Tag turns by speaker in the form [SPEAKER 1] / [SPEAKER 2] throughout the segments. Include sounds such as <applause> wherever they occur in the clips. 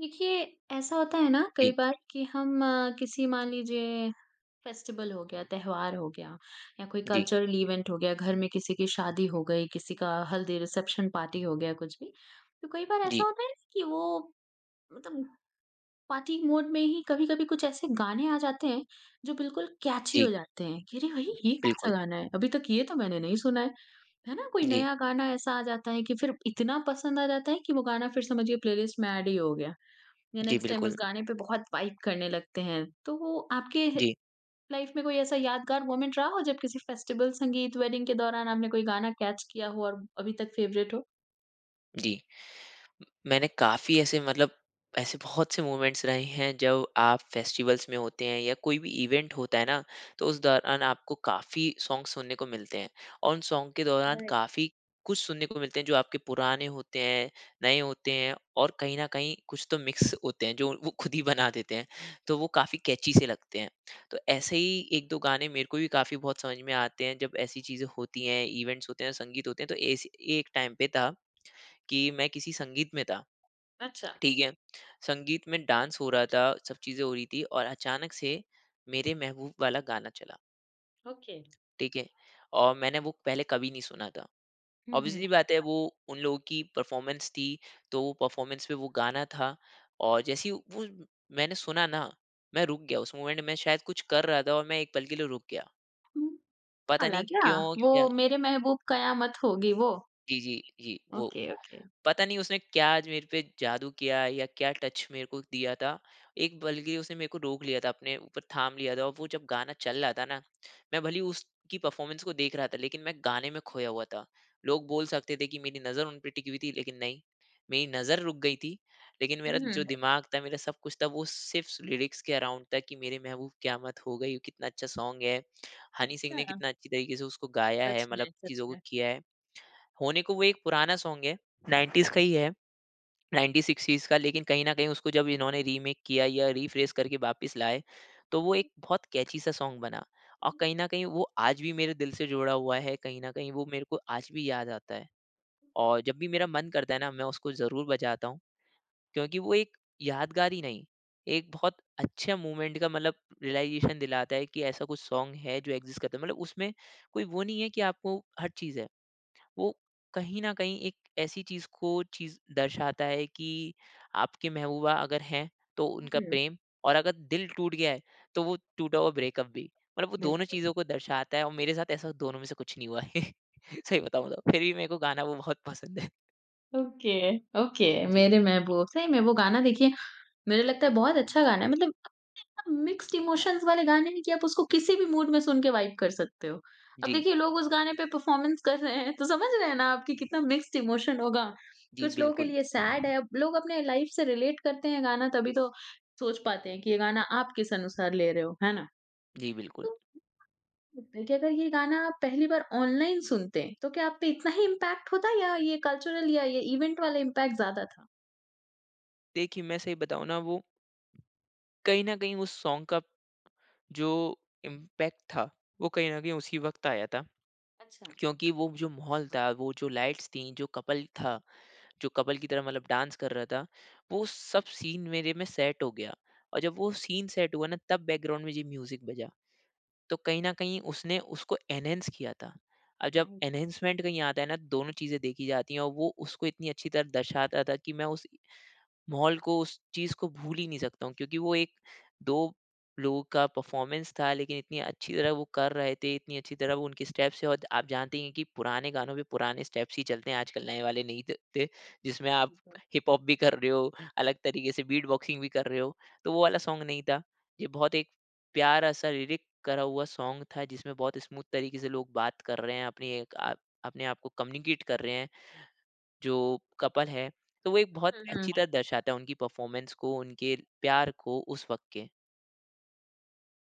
[SPEAKER 1] देखिए, ऐसा होता है ना
[SPEAKER 2] जी,
[SPEAKER 1] कई बार कि हम किसी मान लीजिए फेस्टिवल हो गया, त्योहार हो गया या कोई
[SPEAKER 2] जी,
[SPEAKER 1] कल्चरल इवेंट हो गया, घर में किसी की शादी हो गई, किसी का हल्दी रिसेप्शन पार्टी हो गया, कुछ भी। तो कई बार ऐसा
[SPEAKER 2] जी,
[SPEAKER 1] होता है ना कि वो मतलब पार्टी मोड में ही कभी-कभी कुछ ऐसे गाने आ जाते हैं, जो बिल्कुल कैची हो
[SPEAKER 2] जी,
[SPEAKER 1] जाते हैं कि अरे भाई! ये कौन-सा
[SPEAKER 2] बिल्कुल।
[SPEAKER 1] गाना है? अभी तक ये तो मैंने नहीं सुना है। है ना? कोई
[SPEAKER 2] जी,
[SPEAKER 1] नया गाना ऐसा आ जाता है कि फिर इतना पसंद आ जाता है कि वो गाना फिर समझिए प्लेलिस्ट में ऐड ही हो गया। या
[SPEAKER 2] जी,
[SPEAKER 1] नेक्स्ट टाइम उस
[SPEAKER 2] बिल्कुल।
[SPEAKER 1] गाने पे बहुत वाइब करने लगते हैं। तो वो आपके ह
[SPEAKER 2] जी,
[SPEAKER 1] लाइफ़ में कोई ऐसा यादगार मोमेंट रहा हो जब किसी फेस्टिवल, संगीत, वेडिंग के दौरान आपने कोई गाना कैच किया हो और अभी तक फ़ेवरेट हो?
[SPEAKER 2] जी। मैंने काफ़ी ऐसे मतलब ऐसे बहुत से मोमेंट्स रहे हैं जब आप फेस्टिवल्स में होते हैं या कोई भी इवेंट होता है ना, तो उस दौरान आपको काफ़ी सॉन्ग सुनने को मिलते हैं और उन सॉन्ग के दौरान
[SPEAKER 1] राइट।
[SPEAKER 2] काफ़ी कुछ सुनने को मिलते हैं जो आपके पुराने होते हैं, नए होते हैं और कहीं ना कहीं कुछ तो मिक्स होते हैं जो वो खुद ही बना देते हैं, तो वो काफ़ी कैची से लगते हैं। तो ऐसे ही एक दो गाने मेरे को भी काफ़ी बहुत समझ में आते हैं जब ऐसी चीज़ें होती हैं, इवेंट्स होते हैं, संगीत होते हैं, तो एक टाइम पे था कि मैं किसी संगीत में था।
[SPEAKER 1] अच्छा,
[SPEAKER 2] ठीक है, संगीत में डांस हो रहा था, सब चीज़ें हो रही थी और अचानक से मेरे महबूब वाला गाना चला।
[SPEAKER 1] ओके।
[SPEAKER 2] ठीक है, और मैंने वो पहले कभी नहीं सुना था।
[SPEAKER 1] हुँ, हुँ।
[SPEAKER 2] ऑब्वियसली बात है, वो उन लोगों की परफॉर्मेंस थी, तो वो परफॉर्मेंस पे वो गाना था। और जैसे ही वो मैंने सुना ना, मैं रुक गया। उस मोमेंट में शायद कुछ कर रहा था और मैं एक पल के लिए रुक गया,
[SPEAKER 1] हुँ,
[SPEAKER 2] पता
[SPEAKER 1] वाला
[SPEAKER 2] नहीं
[SPEAKER 1] क्या?
[SPEAKER 2] क्यों
[SPEAKER 1] वो
[SPEAKER 2] क्या।
[SPEAKER 1] मेरे महबूब कयामत होगी वो?
[SPEAKER 2] जी, जी, जी। वो
[SPEAKER 1] ओके, ओके।
[SPEAKER 2] पता नहीं उसने क्या आज मेरे पे जादू किया है या क्या टच मेरे को दिया था। एक बल्कि उसने मेरे को रोक लिया था, अपने ऊपर थाम लिया था और वो जब गाना चल रहा था ना, मैं भले ही उसकी परफ़ॉर्मेंस को देख रहा था, लेकिन मैं गाने में खोया हुआ था। लोग बोल सकते थे कि मेरी नज़र उन पे टिकी हुई थी, लेकिन नहीं, मेरी नज़र रुक गई थी, लेकिन मेरा
[SPEAKER 1] हुँ,
[SPEAKER 2] जो
[SPEAKER 1] हुँ।
[SPEAKER 2] दिमाग था, मेरा सब कुछ था, वो सिर्फ़ लिरिक्स के अराउंड था कि मेरे महबूब क़यामत हो गई, कितना अच्छा सॉन्ग है। हनी सिंह ने
[SPEAKER 1] अच्छा।
[SPEAKER 2] कितना अच्छी तरीके से उसको गाया है,
[SPEAKER 1] सच
[SPEAKER 2] मतलब
[SPEAKER 1] में, सच
[SPEAKER 2] चीज़ों को
[SPEAKER 1] में।
[SPEAKER 2] किया है। होने को वो एक पुराना सॉन्ग है, 90s का ही है, 90s-60s का, लेकिन कहीं न कहीं उसको जब इन्होंने रीमेक किया या रिफ्रेश करके वापस लाए, तो वो एक बहुत कैची सा सॉन्ग बना। और कहीं न कहीं वो आज भी मेरे दिल से जुड़ा हुआ है, कहीं न कहीं वो मेरे को आज भी याद आता है। और जब भी मेरा मन करता है ना, मैं उसको ज़रूर बजाता हूँ, क्योंकि वो एक यादगार ही नहीं, एक बहुत अच्छा मोमेंट का मतलब रियलाइज़ेशन दिलाता है कि ऐसा कुछ सॉन्ग है जो एक्ज़िस्ट करता है। मतलब उसमें कोई वो नहीं है कि आपको हर चीज़ है। वो कहीं न कहीं एक ऐसी चीज़ दर्शाता है कि आपकी महबूबा अगर हैं, तो उनका
[SPEAKER 1] हुँ।
[SPEAKER 2] प्रेम, और अगर दिल टूट गया है, तो वो टूटा हुआ ब्रेकअप भी। मतलब वो दोनों
[SPEAKER 1] बिल्कुल।
[SPEAKER 2] चीज़ों को दर्शाता है और मेरे साथ ऐसा दोनों में से कुछ नहीं हुआ है। <laughs> सही बताऊँ तो, फिर भी मेरे को गाना वो बहुत पसंद है।
[SPEAKER 1] Okay, okay.
[SPEAKER 2] जी,
[SPEAKER 1] मेरे महबूब। सही में वो गाना देखिए मुझे लगता है बहुत अच्छा गाना है मतलब मिक्स्ड इमोशंस वाले गाने हैं कि आप उसको किसी भी मूड में सुन के वाइब कर सकते हो। अब
[SPEAKER 2] जी,
[SPEAKER 1] देखिए लोग उस गाने पे परफ़ॉर्मेंस कर रहे हैं, तो समझ रहे हैं ना आप कि कितना मिक्स्ड इमोशन होगा।
[SPEAKER 2] जी,
[SPEAKER 1] कुछ लोगों के
[SPEAKER 2] बिल्कुल।
[SPEAKER 1] लिए सैड है, अब लोग अपने लाइफ़ से रिलेट करते हैं गाना तभी तो सोच पाते हैं कि ये गाना आप किस अनुसार ले रहे हो, है ना?
[SPEAKER 2] जी, बिल्कुल।
[SPEAKER 1] तो देखिए अगर ये गाना आप पहली बार ऑनलाइन सुनते हैं, तो क्या आप पे इतना ही इम्पैक्ट होता या ये कल्चरल या ये इवेंट वाला इम्पैक्ट ज़्यादा था?
[SPEAKER 2] देखिए, मैं सही बताऊँ ना, वो कहीं न कहीं उस सॉन्ग का जो इम्पैक्ट था, वो कहीं न कहीं उसी वक़्त आया था।
[SPEAKER 1] अच्छा,
[SPEAKER 2] क्योंकि वो जो माहौल था, वो जो लाइट्स थीं, जो कपल था, जो कपल की तरह मतलब डांस कर रहा था, वो सब सीन मेरे में सेट हो गया। और जब वो सीन सेट हुआ ना, तब बैकग्राउंड में ये म्यूज़िक बजा, तो कहीं न कहीं उसने उसको एनहांस किया था। अब जब
[SPEAKER 1] राइट,
[SPEAKER 2] एनहांसमेंट कहीं आता है ना, दोनों चीज़ें देखी जाती हैं, और वो उसको इतनी अच्छी तरह दर्शाता था कि मैं उस माहौल को, उस चीज़ को भूल ही नहीं सकता हूँ, क्योंकि वो एक 2 लोगों का परफ़ॉर्मेंस था, लेकिन इतनी अच्छी तरह वो कर रहे थे, इतनी अच्छी तरह वो उनके स्टेप्स थे। और आप जानते ही हैं कि पुराने गानों पे पुराने स्टेप्स ही चलते हैं, आजकल नए वाले नहीं चलते, जिसमें आप
[SPEAKER 1] बिल्कुल।
[SPEAKER 2] हिप हॉप भी कर रहे हो, अलग तरीके से बीट बॉक्सिंग भी कर रहे हो। तो वो वाला सॉन्ग नहीं था। ये बहुत एक प्यारा-सा लिरिक करा हुआ सॉन्ग था, जिसमें बहुत स्मूथ तरीके से लोग बात कर रहे हैं, अपनी एक आप अपने आप को कम्युनिकेट कर रहे हैं। जो कपल है, तो वो एक बहुत
[SPEAKER 1] हुँ,
[SPEAKER 2] अच्छी तरह दर्शाता है उनकी परफ़ॉर्मेंस को, उनके प्यार को उस वक़्त के।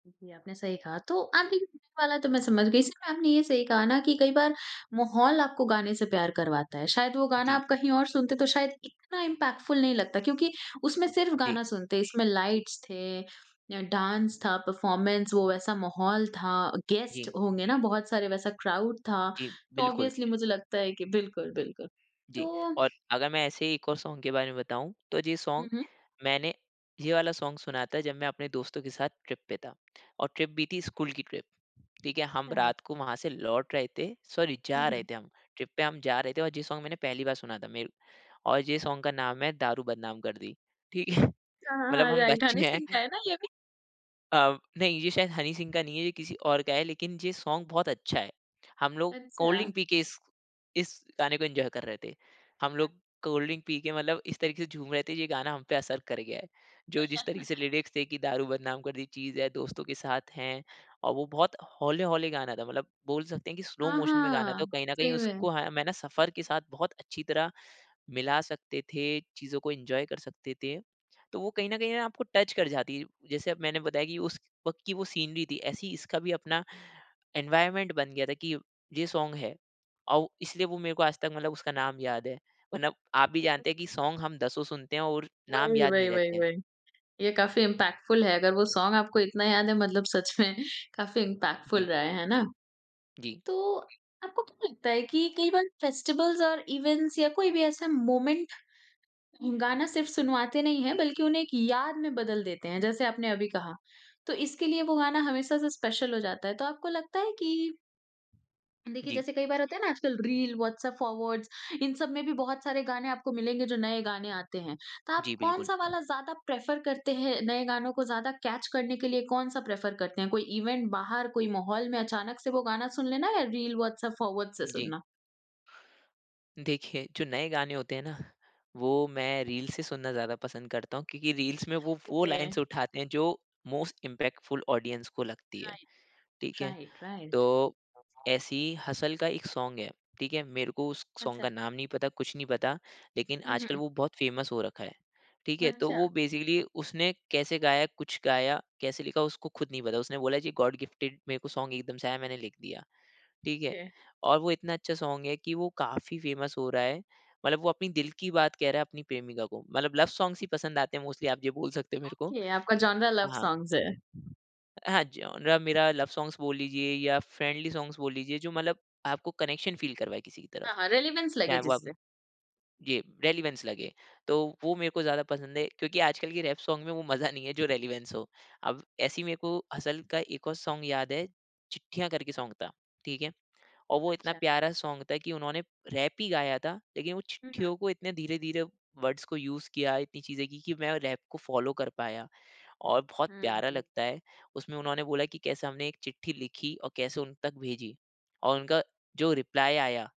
[SPEAKER 1] जी, आपने सही कहा। तो आप देखिए गाने वाला तो मैं समझ गई, इसमें आपने ये सही कहा ना कि कई बार माहौल आपको गाने से प्यार करवाता है। शायद वो गाना
[SPEAKER 2] जी,
[SPEAKER 1] आप कहीं और सुनते तो शायद इतना इम्पैक्टफुल नहीं लगता क्योंकि उसमें सिर्फ
[SPEAKER 2] जी,
[SPEAKER 1] गाना सुनते, इसमें लाइट्स थे, डांस था, परफॉर्मेंस, वो वैसा माहौल था,
[SPEAKER 2] जी,
[SPEAKER 1] गेस्ट होंगे ना बहुत सारे, वैसा क्राउड था।
[SPEAKER 2] जी,
[SPEAKER 1] तो
[SPEAKER 2] बिल्कुल,
[SPEAKER 1] ऑब्वियसली मुझे लगता है कि बिल्कुल, बिल्कुल।
[SPEAKER 2] जी।
[SPEAKER 1] तो
[SPEAKER 2] और अगर मैं ऐसे ही एक और सॉन्ग के बारे में बताऊँ, तो ये
[SPEAKER 1] हुँ,
[SPEAKER 2] सॉन्ग
[SPEAKER 1] हुँ।
[SPEAKER 2] मैंने, ये वाला सॉन्ग सुना था जब मैं अपने दोस्तों के साथ ट्रिप पे था, और ट्रिप भी थी स्कूल की ट्रिप। ठीक है, हम
[SPEAKER 1] अच्छा।
[SPEAKER 2] रात को वहाँ से लौट रहे थे, सॉरी,
[SPEAKER 1] हुँ,
[SPEAKER 2] जा रहे
[SPEAKER 1] हुँ।
[SPEAKER 2] थे हम, ट्रिप पे हम जा रहे थे और ये सॉन्ग मैंने पहली बार सुना था। मेरे और ये सॉन्ग का नाम है दारू बदनाम कर दी। ठीक है? <laughs>
[SPEAKER 1] हाँ,
[SPEAKER 2] मतलब
[SPEAKER 1] हाँ,
[SPEAKER 2] हम
[SPEAKER 1] राइट हनी
[SPEAKER 2] बच्चे हैं।
[SPEAKER 1] सिंह का है ना ये भी?
[SPEAKER 2] नहीं, ये शायद हनी सिंह का नहीं है, ये किसी और का है, लेकिन ये सॉन्ग बहुत अच्छा है। हम लोग कोल्ड
[SPEAKER 1] अच्छा।
[SPEAKER 2] ड्रिंक पी के इस गाने को एन्जॉय कर रहे थे। हम लोग कोल्ड ड्रिंक पी के मतलब इस तरीके से झूम रहे थे, ये गाना हम पे असर कर गया है। जो जिस तरीके से
[SPEAKER 1] <laughs>
[SPEAKER 2] लिरिक्स थे कि दारू बदनाम कर दी चीज़ है, दोस्तों के साथ हैं और वो बहुत हौले-हौले गाना था। मतलब बोल सकते हैं कि स्लो
[SPEAKER 1] हाँ,
[SPEAKER 2] मोशन में गाना
[SPEAKER 1] हाँ।
[SPEAKER 2] था, कहीं न कहीं
[SPEAKER 1] सही
[SPEAKER 2] उसको,
[SPEAKER 1] में।
[SPEAKER 2] हाँ, मैं ना सफ़र के साथ बहुत अच्छी तरह मिला सकते थे, चीज़ों को एन्जॉय कर सकते थे, तो वो कहीं न कहीं ना आपको टच कर जाती है। जैसे अब मैंने बताया कि उस वक़्त की वो सीनरी थी, ऐसे ही इसका भी अपना एनवायरनमेंट बन गया था कि ये सॉन्ग है, और इसलिए वो मेरे को आज तक मतलब उसका नाम याद है। वरना आप भी जानते हैं कि सॉन्ग हम दसों सुनते हैं और नाम
[SPEAKER 1] वही,
[SPEAKER 2] याद नहीं
[SPEAKER 1] वही, वही,
[SPEAKER 2] रहते हैं।
[SPEAKER 1] वही। ये काफ़ी इम्पैक्टफुल है, अगर वो सॉन्ग आपको इतना याद है मतलब सच में <laughs> काफ़ी इम्पैक्टफुल
[SPEAKER 2] जी,
[SPEAKER 1] रहा है ना?
[SPEAKER 2] जी,
[SPEAKER 1] तो आपको क्या लगता है कि कई बार फेस्टिवल्स और इवेंट्स या कोई भी ऐसा मोमेंट गाना सिर्फ़ सुनवाते नहीं हैं, बल्कि उन्हें एक याद में बदल देते हैं, जैसे आपने अभी कहा। तो इसके लिए वो गाना हमेशा से स्पेशल हो जाता है। तो आपको लगता है कि देखिए,
[SPEAKER 2] जी,
[SPEAKER 1] जैसे कई बार होता है ना आजकल रील, व्हाट्सएप फॉरवर्ड्स इन सब में भी बहुत सारे गाने आपको मिलेंगे जो नए गाने आते हैं। तो आप
[SPEAKER 2] जी, बिल्कुल।
[SPEAKER 1] कौन-सा वाला ज़्यादा प्रेफ़र करते हैं? नए गानों को ज़्यादा कैच करने के लिए कौन-सा प्रेफ़र करते हैं? कोई इवेंट बाहर, कोई माहौल में अचानक से वो गाना सुन लेना या रील, व्हाट्सएप फॉरवर्ड से
[SPEAKER 2] जी।
[SPEAKER 1] सुनना?
[SPEAKER 2] देखिए, जो नए गाने होते हैं ना, वो मैं रील्स से सुनना ज़्यादा पसंद करता हूँ, क्योंकि रील्स में वो
[SPEAKER 1] ओके,
[SPEAKER 2] लाइन्स उठाते हैं जो मोस्ट इम्पैक्टफुल ऑडियंस को लगती है,
[SPEAKER 1] राइट,
[SPEAKER 2] ठीक है?
[SPEAKER 1] Right, right.
[SPEAKER 2] तो ऐसे ही हसल का एक सॉन्ग है, ठीक है? मेरे को उस सॉन्ग
[SPEAKER 1] अच्छा।
[SPEAKER 2] का नाम नहीं पता, कुछ नहीं पता, लेकिन
[SPEAKER 1] हुँ,
[SPEAKER 2] आजकल
[SPEAKER 1] हुँ।
[SPEAKER 2] वो बहुत फ़ेमस हो रखा है, ठीक है? तो
[SPEAKER 1] अच्छा,
[SPEAKER 2] वो बेसिकली उसने कैसे गाया, कुछ गाया, कैसे लिखा, उसको खुद नहीं पता। उसने बोला जी, गॉड गिफ्टेड मेरे को सॉन्ग एकदम से आया, मैंने लिख दिया। ठीक है?
[SPEAKER 1] ओके।
[SPEAKER 2] और वो इतना अच्छा सॉन्ग है कि वो काफ़ी फ़ेमस हो रहा है। मतलब वो अपनी दिल की बात कह रहा है अपनी प्रेमिका को। मतलब लव सॉन्ग्स ही पसंद आते हैं मोस्टली, आप ये बोल सकते हो मेरे को।
[SPEAKER 1] ओके, आपका जॉनरा लव
[SPEAKER 2] हाँ।
[SPEAKER 1] सॉन्ग्स है।
[SPEAKER 2] हाँ, जॉनरा मेरा लव सॉन्ग्स बोल लीजिए या फ्रेंडली सॉन्ग्स बोल लीजिए, जो मतलब आपको कनेक्शन फ़ील करवाए किसी की तरफ।
[SPEAKER 1] हाँ, हाँ, रेलेवेंस लगे
[SPEAKER 2] चाहे वो आप,
[SPEAKER 1] जिससे।
[SPEAKER 2] ये रेलेवेंस लगे। तो वो मेरे को ज़्यादा पसंद है क्योंकि आजकल के रैप सॉन्ग में वो मज़ा नहीं है जो रेलेवेंस हो। अब ऐसे ही मेरे को असल का एक और सॉन्ग याद है, चिट्ठियाँ करके सॉन्ग था। ठीक है? और वो इतना
[SPEAKER 1] अच्छा।
[SPEAKER 2] प्यारा सॉन्ग था कि उन्होंने रैप ही गाया था, लेकिन वो
[SPEAKER 1] हुँ, हुँ।
[SPEAKER 2] चिट्ठियों को इतने धीरे धीरे वर्ड्स को यूज़ किया, इतनी चीज़ें की कि मैं रैप को फॉलो कर पाया और बहुत प्यारा
[SPEAKER 1] हुँ।
[SPEAKER 2] लगता है। उसमें उन्होंने बोला कि कैसे हमने एक चिट्ठी लिखी और कैसे उन तक भेजी और उनका जो रिप्लाई आया,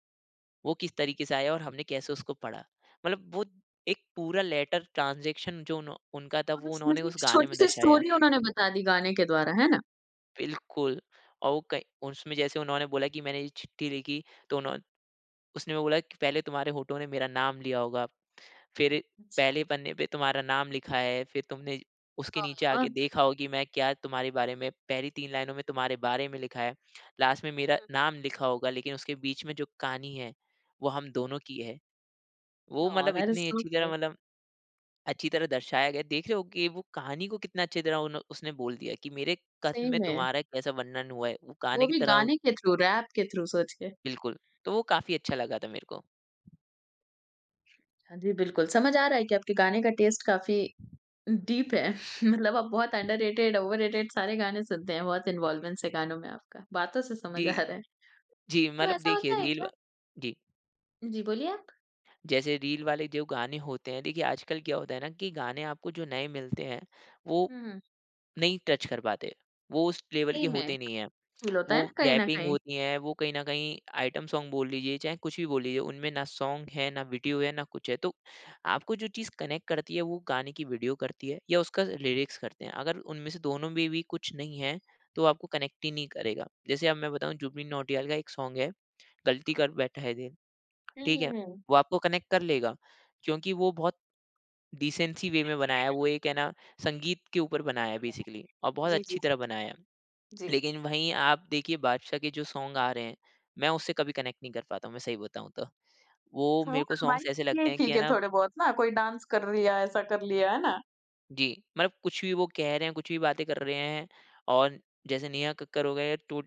[SPEAKER 2] वो किस तरीके से आया और हमने कैसे उसको पढ़ा, मतलब वो एक पूरा लेटर ट्रांजेक्शन जो उनका था,
[SPEAKER 1] आप
[SPEAKER 2] वो उन्होंने
[SPEAKER 1] समझिए
[SPEAKER 2] उस
[SPEAKER 1] एक
[SPEAKER 2] गाने में
[SPEAKER 1] छोटी-सी
[SPEAKER 2] दर्शाया।
[SPEAKER 1] स्टोरी उन्होंने बता दी गाने के द्वारा, है ना?
[SPEAKER 2] बिल्कुल। और वो कहीं उसमें जैसे उन्होंने बोला कि मैंने ये चिट्ठी लिखी, तो उन्होंने, उसने बोला कि पहले तुम्हारे होठों ने मेरा नाम लिया होगा, फिर
[SPEAKER 1] अच्छा।
[SPEAKER 2] पहले पन्ने पे तुम्हारा नाम लिखा है, फिर तुमने उसके नीचे आके
[SPEAKER 1] हाँ।
[SPEAKER 2] देखा होगा कि मैं क्या तुम्हारे बारे में पहली 3 लाइनों में तुम्हारे बारे में लिखा है, लास्ट में मेरा नाम लिखा होगा, लेकिन उसके बीच में जो कहानी है, वो हम दोनों की है। वो
[SPEAKER 1] ओह!
[SPEAKER 2] मतलब
[SPEAKER 1] दैट इज़
[SPEAKER 2] इतनी
[SPEAKER 1] सो
[SPEAKER 2] अच्छी तरह,
[SPEAKER 1] ग्रेट।
[SPEAKER 2] मतलब अच्छी तरह दर्शाया गया है। देख रहे हो कि वो कहानी को कितना अच्छी तरह उन्हो उसने बोल दिया कि मेरे कथ्य
[SPEAKER 1] सही
[SPEAKER 2] में
[SPEAKER 1] में,
[SPEAKER 2] तुम्हारा कैसा वर्णन हुआ है, वो कहानी
[SPEAKER 1] वो
[SPEAKER 2] की
[SPEAKER 1] भी
[SPEAKER 2] तरह हो।
[SPEAKER 1] गाने के थ्रू, रैप के थ्रू सोच के।
[SPEAKER 2] बिल्कुल, तो वो काफ़ी अच्छा लगा था मेरे को।
[SPEAKER 1] हाँ जी, बिल्कुल, समझ आ रहा है कि आपके गाने का टेस्ट काफ़ी डीप है। <laughs> मतलब आप बहुत अंडररेटेड, ओवररेटेड सारे गाने सुनते हैं, बहुत इन्वॉल्वमेंस है गानों में आपका, बातों से समझ
[SPEAKER 2] जी।
[SPEAKER 1] आ रहा है।
[SPEAKER 2] जी,
[SPEAKER 1] तो
[SPEAKER 2] मतलब
[SPEAKER 1] ऐसा
[SPEAKER 2] देखिए
[SPEAKER 1] होता है
[SPEAKER 2] रील व
[SPEAKER 1] क्या?
[SPEAKER 2] जी,
[SPEAKER 1] जी, बोलिए आप।
[SPEAKER 2] जैसे रील वाले जो गाने होते हैं, देखिए आजकल क्या होता है ना कि गाने आपको जो नए मिलते हैं, वो
[SPEAKER 1] हुँ,
[SPEAKER 2] नहीं टच कर पाते। वो उस लेवल
[SPEAKER 1] सही
[SPEAKER 2] के
[SPEAKER 1] में
[SPEAKER 2] होते नहीं हैं।
[SPEAKER 1] फील होता
[SPEAKER 2] वो
[SPEAKER 1] है ना कहीं न
[SPEAKER 2] रैपिंग
[SPEAKER 1] कहीं।
[SPEAKER 2] होती है, वो कहीं न कहीं आइटम सॉन्ग बोल लीजिए, चाहे कुछ भी बोल लीजिए, उनमें ना सॉन्ग है, ना वीडियो है, ना कुछ है। तो आपको जो चीज़ कनेक्ट करती है, वो गाने की वीडियो करती है या उसका लिरिक्स करते हैं। अगर उनमें से दोनों में भी कुछ नहीं है, तो आपको कनेक्ट ही नहीं करेगा। जैसे अब मैं बताऊँ, जुबिन नौटियाल का एक सॉन्ग है, गलती कर बैठा है दिल।
[SPEAKER 1] हुँ,
[SPEAKER 2] ठीक
[SPEAKER 1] हुँ,
[SPEAKER 2] है?
[SPEAKER 1] हुँ।
[SPEAKER 2] वो आपको कनेक्ट कर लेगा, क्योंकि वो बहुत डिसेंसी वे में बनाया है, वो एक है ना संगीत के ऊपर बनाया है बेसिकली और बहुत
[SPEAKER 1] जी, जी, जी,
[SPEAKER 2] अच्छी तरह
[SPEAKER 1] जी।
[SPEAKER 2] बनाया है।
[SPEAKER 1] जी।
[SPEAKER 2] लेकिन वहीं आप देखिए बादशाह के जो सॉन्ग आ रहे हैं, मैं उससे कभी कनेक्ट नहीं कर पाता हूँ, मैं सही बताऊँ तो। वो
[SPEAKER 1] हाँ,
[SPEAKER 2] मेरे को
[SPEAKER 1] हमारे
[SPEAKER 2] सॉन्ग्स ऐसे लगते
[SPEAKER 1] लिए
[SPEAKER 2] हैं कि
[SPEAKER 1] ठीक
[SPEAKER 2] है
[SPEAKER 1] है
[SPEAKER 2] ना
[SPEAKER 1] थोड़े बहुत ना, कोई डांस कर लिया, ऐसा कर लिया, है ना?
[SPEAKER 2] जी, मतलब कुछ भी वो कह रहे हैं, कुछ भी बातें कर रहे हैं। और जैसे नेहा कक्कड़ हो गए, टो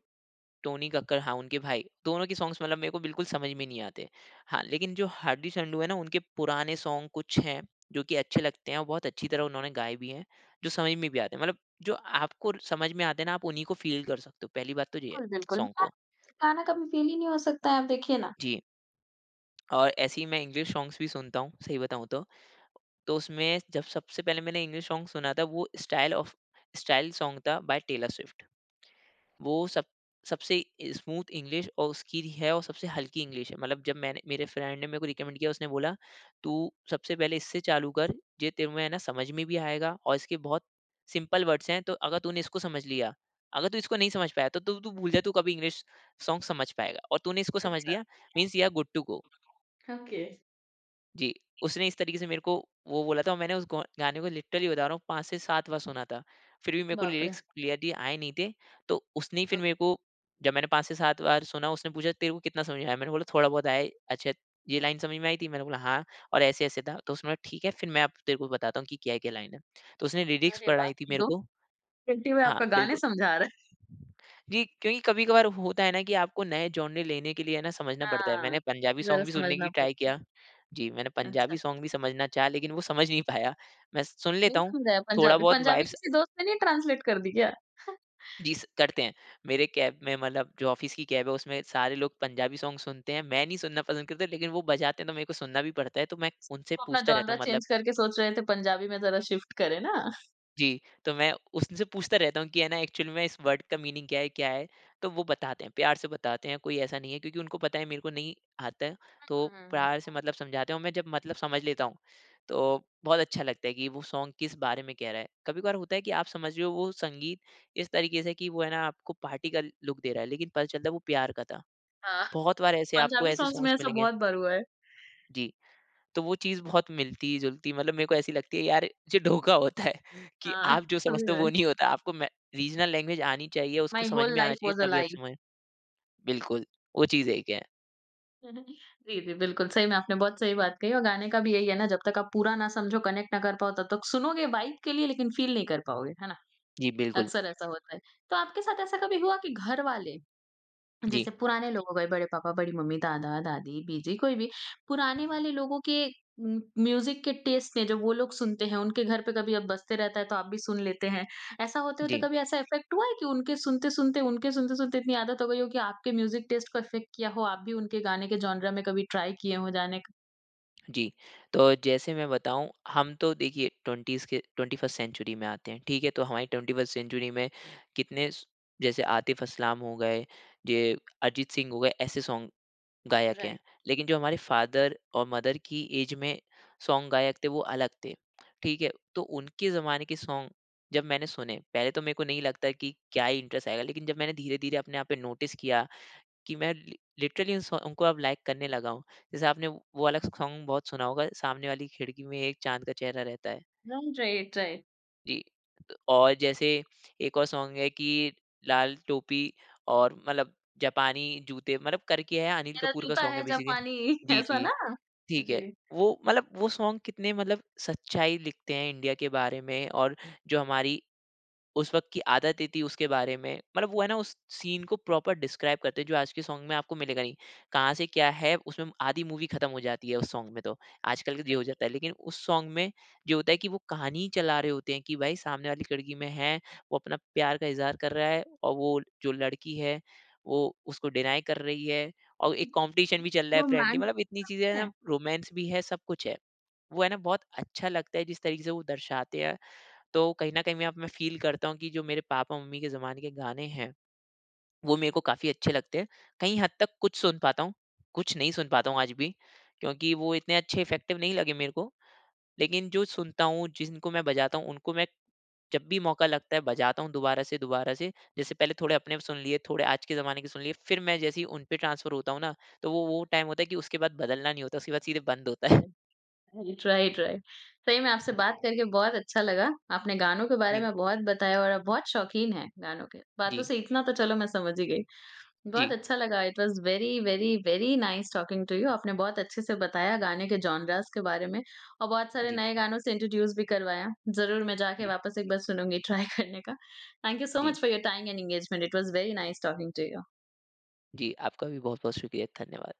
[SPEAKER 2] टोनी कक्कड़, हाँ, उनके भाई, दोनों के सॉन्ग्स मतलब मेरे को बिल्कुल समझ में नहीं आते। हाँ, लेकिन जो हार्डी संडू है ना, उनके पुराने सॉन्ग कुछ हैं, जो कि अच्छे लगते हैं और बहुत अच्छी तरह उन्होंने गाए भी हैं, जो समझ में भी आते हैं। मतलब जो आपको समझ में आते हैं ना, आप उन्हीं को फ़ील कर सकते हो, पहली बात तो ये है
[SPEAKER 1] बिल्कुल, बिल्कुल।
[SPEAKER 2] सॉन्ग
[SPEAKER 1] गाना
[SPEAKER 2] को।
[SPEAKER 1] गाना कभी फेल ही नहीं हो सकता है, आप देखिए ना।
[SPEAKER 2] जी, और ऐसे ही मैं इंग्लिश सॉन्ग्स भी सुनता हूँ, सही बताऊँ तो। तो उसमें जब सबसे पहले मैंने इंग्लिश सॉन्ग सुना था, वो स्टाइल सॉन्ग था बाय टेलर स्विफ्ट। वो सब सबसे स्मूथ इंग्लिश और उसकी है और सबसे हल्की इंग्लिश है। मतलब जब मैंने मेरे फ्रेंड ने मेरे को रिकमेंड किया, उसने बोला तू सबसे पहले इससे चालू कर, ये तेरे में है ना समझ में भी आएगा और इसके बहुत सिंपल वर्ड्स हैं, तो अगर तूने इसको समझ लिया, अगर तू इसको नहीं समझ पाया तो तू तू भूल जा तू कभी इंग्लिश सॉन्ग समझ पाएगा, और तूने इसको समझ
[SPEAKER 1] अच्छा,
[SPEAKER 2] लिया means you are good to go.
[SPEAKER 1] Okay.
[SPEAKER 2] जी, उसने इस तरीके से मेरे को वो बोला था और मैंने उस गौ गाने को लिटरली बता रहा हूँ 5 से 7 बार सुना था। फिर भी मेरे को
[SPEAKER 1] बाप रे!
[SPEAKER 2] लिरिक्स क्लियरली आए नहीं थे, तो उसने ही फिर
[SPEAKER 1] ओक
[SPEAKER 2] मेरे को जब मैंने 5 से 7 बार सुना उसने पूछा तेरे को कितना समझ में आया? मैंने बोला थोड़ा बहुत आया है। अच्छा, ये लाइन समझ में आई थी? मैंने बोला हाँ और ऐसे-ऐसे था। तो उसने बोला ठीक है, फिर मैं अब तेरे को बताता हूँ कि क्या-क्या लाइन है। तो उसने लिरिक्स
[SPEAKER 1] अरे वाह!
[SPEAKER 2] पढ़ाई थी मेरे
[SPEAKER 1] 2
[SPEAKER 2] को।
[SPEAKER 1] घंटे में
[SPEAKER 2] हाँ,
[SPEAKER 1] आपका गाने
[SPEAKER 2] बिल्कुल।
[SPEAKER 1] समझा रहा है।
[SPEAKER 2] जी, क्योंकि कभी-कभार होता है ना कि आपको नए जॉनरे लेने के लिए है ना समझना पड़ता है। मैंने
[SPEAKER 1] हाँ,
[SPEAKER 2] पंजाबी सॉन्ग
[SPEAKER 1] ज़रा
[SPEAKER 2] भी सुनने की
[SPEAKER 1] समझना
[SPEAKER 2] ट्राई
[SPEAKER 1] पड़ता
[SPEAKER 2] किया। जी, मैंने पंजाबी
[SPEAKER 1] अच्छा,
[SPEAKER 2] सॉन्ग भी समझना चाहा लेकिन वो समझ नहीं पाया। मैं सुन लेता
[SPEAKER 1] नहीं
[SPEAKER 2] हूँ,
[SPEAKER 1] समझाया
[SPEAKER 2] थोड़ा
[SPEAKER 1] पंजाबी
[SPEAKER 2] बहुत
[SPEAKER 1] पंजाबी
[SPEAKER 2] वाइब्स
[SPEAKER 1] किसी दोस्त ने नहीं ट्रांसलेट कर दी क्या? <laughs>
[SPEAKER 2] जी स करते हैं। मेरे कैब में मतलब जो ऑफ़िस की कैब है उसमें सारे लोग पंजाबी सॉन्ग सुनते हैं। मैं नहीं सुनना पसंद करता लेकिन वो बजाते हैं तो मेरे को सुनना भी पड़ता है। तो मैं उनसे
[SPEAKER 1] वो अपना
[SPEAKER 2] पूछता रहता
[SPEAKER 1] जॉनरा
[SPEAKER 2] हूँ मतलब
[SPEAKER 1] चेंज करके सोच रहे थे पंजाबी में ज़रा शिफ्ट करें ना।
[SPEAKER 2] जी, तो मैं उनसे पूछता रहता हूँ कि है ना एक्चुअली में इस वर्ड का मीनिंग क्या है, क्या है? तो वो बताते हैं, प्यार से बताते हैं, कोई ऐसा नहीं है क्योंकि उनको पता है मेरे को नहीं आता है, तो
[SPEAKER 1] हुँ, हुँ, हुँ।
[SPEAKER 2] प्यार से मतलब समझाते हैं और मैं जब मतलब समझ लेता हूँ, तो बहुत अच्छा लगता है कि वो सॉन्ग किस बारे में कह रहा है। कभी-कभार होता है कि आप समझ रहे हो वो संगीत इस तरीके से कि वो है ना आपको पार्टी का लुक दे रहा है, लेकिन पता चलता है वो प्यार का था।
[SPEAKER 1] हाँ,
[SPEAKER 2] बहुत बार ऐसे आपको
[SPEAKER 1] पंजाबी
[SPEAKER 2] ऐसे
[SPEAKER 1] सॉन्ग्स में
[SPEAKER 2] सॉन्ग्स
[SPEAKER 1] ऐसा
[SPEAKER 2] मिलेंगे।
[SPEAKER 1] बहुत बार हुआ है।
[SPEAKER 2] जी। तो वो चीज़ बहुत मिलती-जुलती मतलब मेरे को ऐसी लगती है यार, ये ढोखा होता है <laughs> कि
[SPEAKER 1] हाँ,
[SPEAKER 2] आप जो
[SPEAKER 1] समझ
[SPEAKER 2] समझते हो
[SPEAKER 1] रहे
[SPEAKER 2] वो
[SPEAKER 1] हैं।
[SPEAKER 2] नहीं होता। आपको मैं रीजनल लैंग्वेज आनी चाहिए, उसको
[SPEAKER 1] माई
[SPEAKER 2] समझ
[SPEAKER 1] होल
[SPEAKER 2] में आना
[SPEAKER 1] लाइफ
[SPEAKER 2] चाहिए
[SPEAKER 1] वाज़ अ
[SPEAKER 2] तभी आप
[SPEAKER 1] लाई।
[SPEAKER 2] समझ बिल्कुल, वो चीज़ एक है।
[SPEAKER 1] हम्म, जी, जी, बिल्कुल, सही में आपने बहुत सही बात कही और गाने का भी यही है ना, जब तक आप पूरा ना समझो, कनेक्ट ना कर पाओ, तब तक सुनोगे वाइब के लिए लेकिन फ़ील नहीं कर पाओगे, है ना?
[SPEAKER 2] जी, बिल्कुल।
[SPEAKER 1] अक्सर ऐसा होता है। तो आपके साथ ऐसा कभी हुआ कि घर वाले
[SPEAKER 2] जी,
[SPEAKER 1] जैसे पुराने लोग हो गए बड़े पापा, बड़ी मम्मी, दादा-दादी, बीजी कोई भी, पुराने वाले लोगों के म्यूज़िक के टेस्ट ने जो वो लोग सुनते हैं, उनके घर पे कभी अब बजते रहता है तो आप भी सुन लेते हैं। ऐसा होते-होते
[SPEAKER 2] जी,
[SPEAKER 1] कभी ऐसा इफ़ेक्ट हुआ है कि उनके सुनते-सुनते इतनी आदत हो गई हो कि आपके म्यूज़िक टेस्ट को इफ़ेक्ट किया हो, आप भी उनके गाने के जॉनरा में कभी ट्राई किए हो जाने का?
[SPEAKER 2] जी। तो जैसे मैं बताऊँ, हम तो देखिए 20s के 21st सेंचुरी में आते हैं, ठीक है? तो हमारी 21st सेंचुरी में कितने स जैसे आतिफ असलाम हो गए, ये अरिजीत सिंह हो गए, ऐसे सॉन्ग गायक हैं।
[SPEAKER 1] राइट।
[SPEAKER 2] लेकिन जो हमारे फ़ादर और मदर की एज में सॉन्ग गायक थे वो अलग थे, ठीक है? तो उनके ज़माने के सॉन्ग जब मैंने सुने, पहले तो मेरे को नहीं लगता कि क्या ही इंटरेस्ट आएगा, लेकिन जब मैंने धीरे-धीरे अपने आप पे नोटिस किया कि मैं लि लिटरली उन सॉन्ग को अब लाइक करने लगा हूँ। जैसे आपने वो वाला सॉन्ग बहुत सुना होगा, सामने वाली खिड़की में एक चाँद का चेहरा रहता है।
[SPEAKER 1] Right, right, right.
[SPEAKER 2] जी, त और जैसे एक और सॉन्ग है कि लाल टोपी और मतलब जापानी जूते मतलब करके है, अनिल
[SPEAKER 1] मेरा
[SPEAKER 2] कपूर का
[SPEAKER 1] जूता
[SPEAKER 2] सॉन्ग है
[SPEAKER 1] है
[SPEAKER 2] बेसिकली।
[SPEAKER 1] जापानी <laughs>
[SPEAKER 2] जी,
[SPEAKER 1] ऐसा
[SPEAKER 2] जी।
[SPEAKER 1] ना?
[SPEAKER 2] ठीक
[SPEAKER 1] जी।
[SPEAKER 2] है। वो मतलब वो सॉन्ग कितने मतलब सच्चाई लिखते हैं इंडिया के बारे में और जो हमारी उस वक़्त की आदतें थी उसके बारे में, मतलब वो है ना उस सीन को प्रॉपर डिस्क्राइब करते हैं जो आज के सॉन्ग में आपको मिलेगा नहीं। कहाँ से क्या है उसमें आधी मूवी ख़त्म हो जाती है उस सॉन्ग में तो, आजकल ये हो
[SPEAKER 1] राइट,
[SPEAKER 2] जाता है। लेकिन उस सॉन्ग में ये होता है कि वो कहानी चला रहे होते हैं कि भाई सामने वाली लड़की में है, वो अपना प्यार का इज़हार कर रहा है और वो जो लड़की है, वो उसको डिनाई कर रही है और एक कॉम्पिटिशन भी चल रहा है फ्रेंडली,
[SPEAKER 1] रोमांच
[SPEAKER 2] मतलब इतनी चीज़ें है ना, रोमांस भी है, सब कुछ है। वो है ना बहुत अच्छा लगता है जिस तरीके से वो दर्शाते हैं। तो कहीं न कहीं मैं अब मैं फ़ील करता हूँ कि जो मेरे पापा-मम्मी के ज़माने के गाने हैं, वो मेरे को काफ़ी अच्छे लगते हैं। कहीं हद तक कुछ सुन पाता हूँ, कुछ नहीं सुन पाता हूँ आज भी, क्योंकि वो इतने अच्छे इफ़ेक्टिव नहीं लगे मेरे को। लेकिन जो सुनता हूँ, जिनको मैं बजाता हूँ, उनको मैं जब भी मौका लगता है बजाता हूँ दोबारा से दोबारा से। जैसे पहले थोड़े अपने सुन लिए, थोड़े आज के ज़माने के सुन लिए, फिर मैं जैसे ही उन पे ट्रांसफ़र होता हूँ ना, तो वो टाइम होता है कि उसके बाद बदलना नहीं होता, उसके बाद सीधे बंद होता है।
[SPEAKER 1] है। Right, right, right. सही में आपसे बात करके बहुत अच्छा लगा। आपने गानों के
[SPEAKER 2] <laughs>
[SPEAKER 1] बारे
[SPEAKER 2] जी,
[SPEAKER 1] में बहुत बताया और आप बहुत शौकीन हैं गानों के। बातों
[SPEAKER 2] जी,
[SPEAKER 1] से इतना तो चलो मैं समझ ही गई। बहुत
[SPEAKER 2] जी,
[SPEAKER 1] अच्छा लगा। It was very, very, very nice talking to you. आपने बहुत अच्छे से बताया गाने के जॉनरास के बारे में और बहुत सारे
[SPEAKER 2] जी,
[SPEAKER 1] नए गानों से इंट्रोड्यूस भी करवाया। ज़रूर मैं जाके
[SPEAKER 2] जी,
[SPEAKER 1] वापस एक बार सुनूँगी ट्राई <laughs> करने का। थैंक यू सो
[SPEAKER 2] जी,
[SPEAKER 1] much for your time and engagement. It was very nice talking to you.
[SPEAKER 2] जी। आपका भी बहुत-बहुत शुक्रिया, धन्यवाद।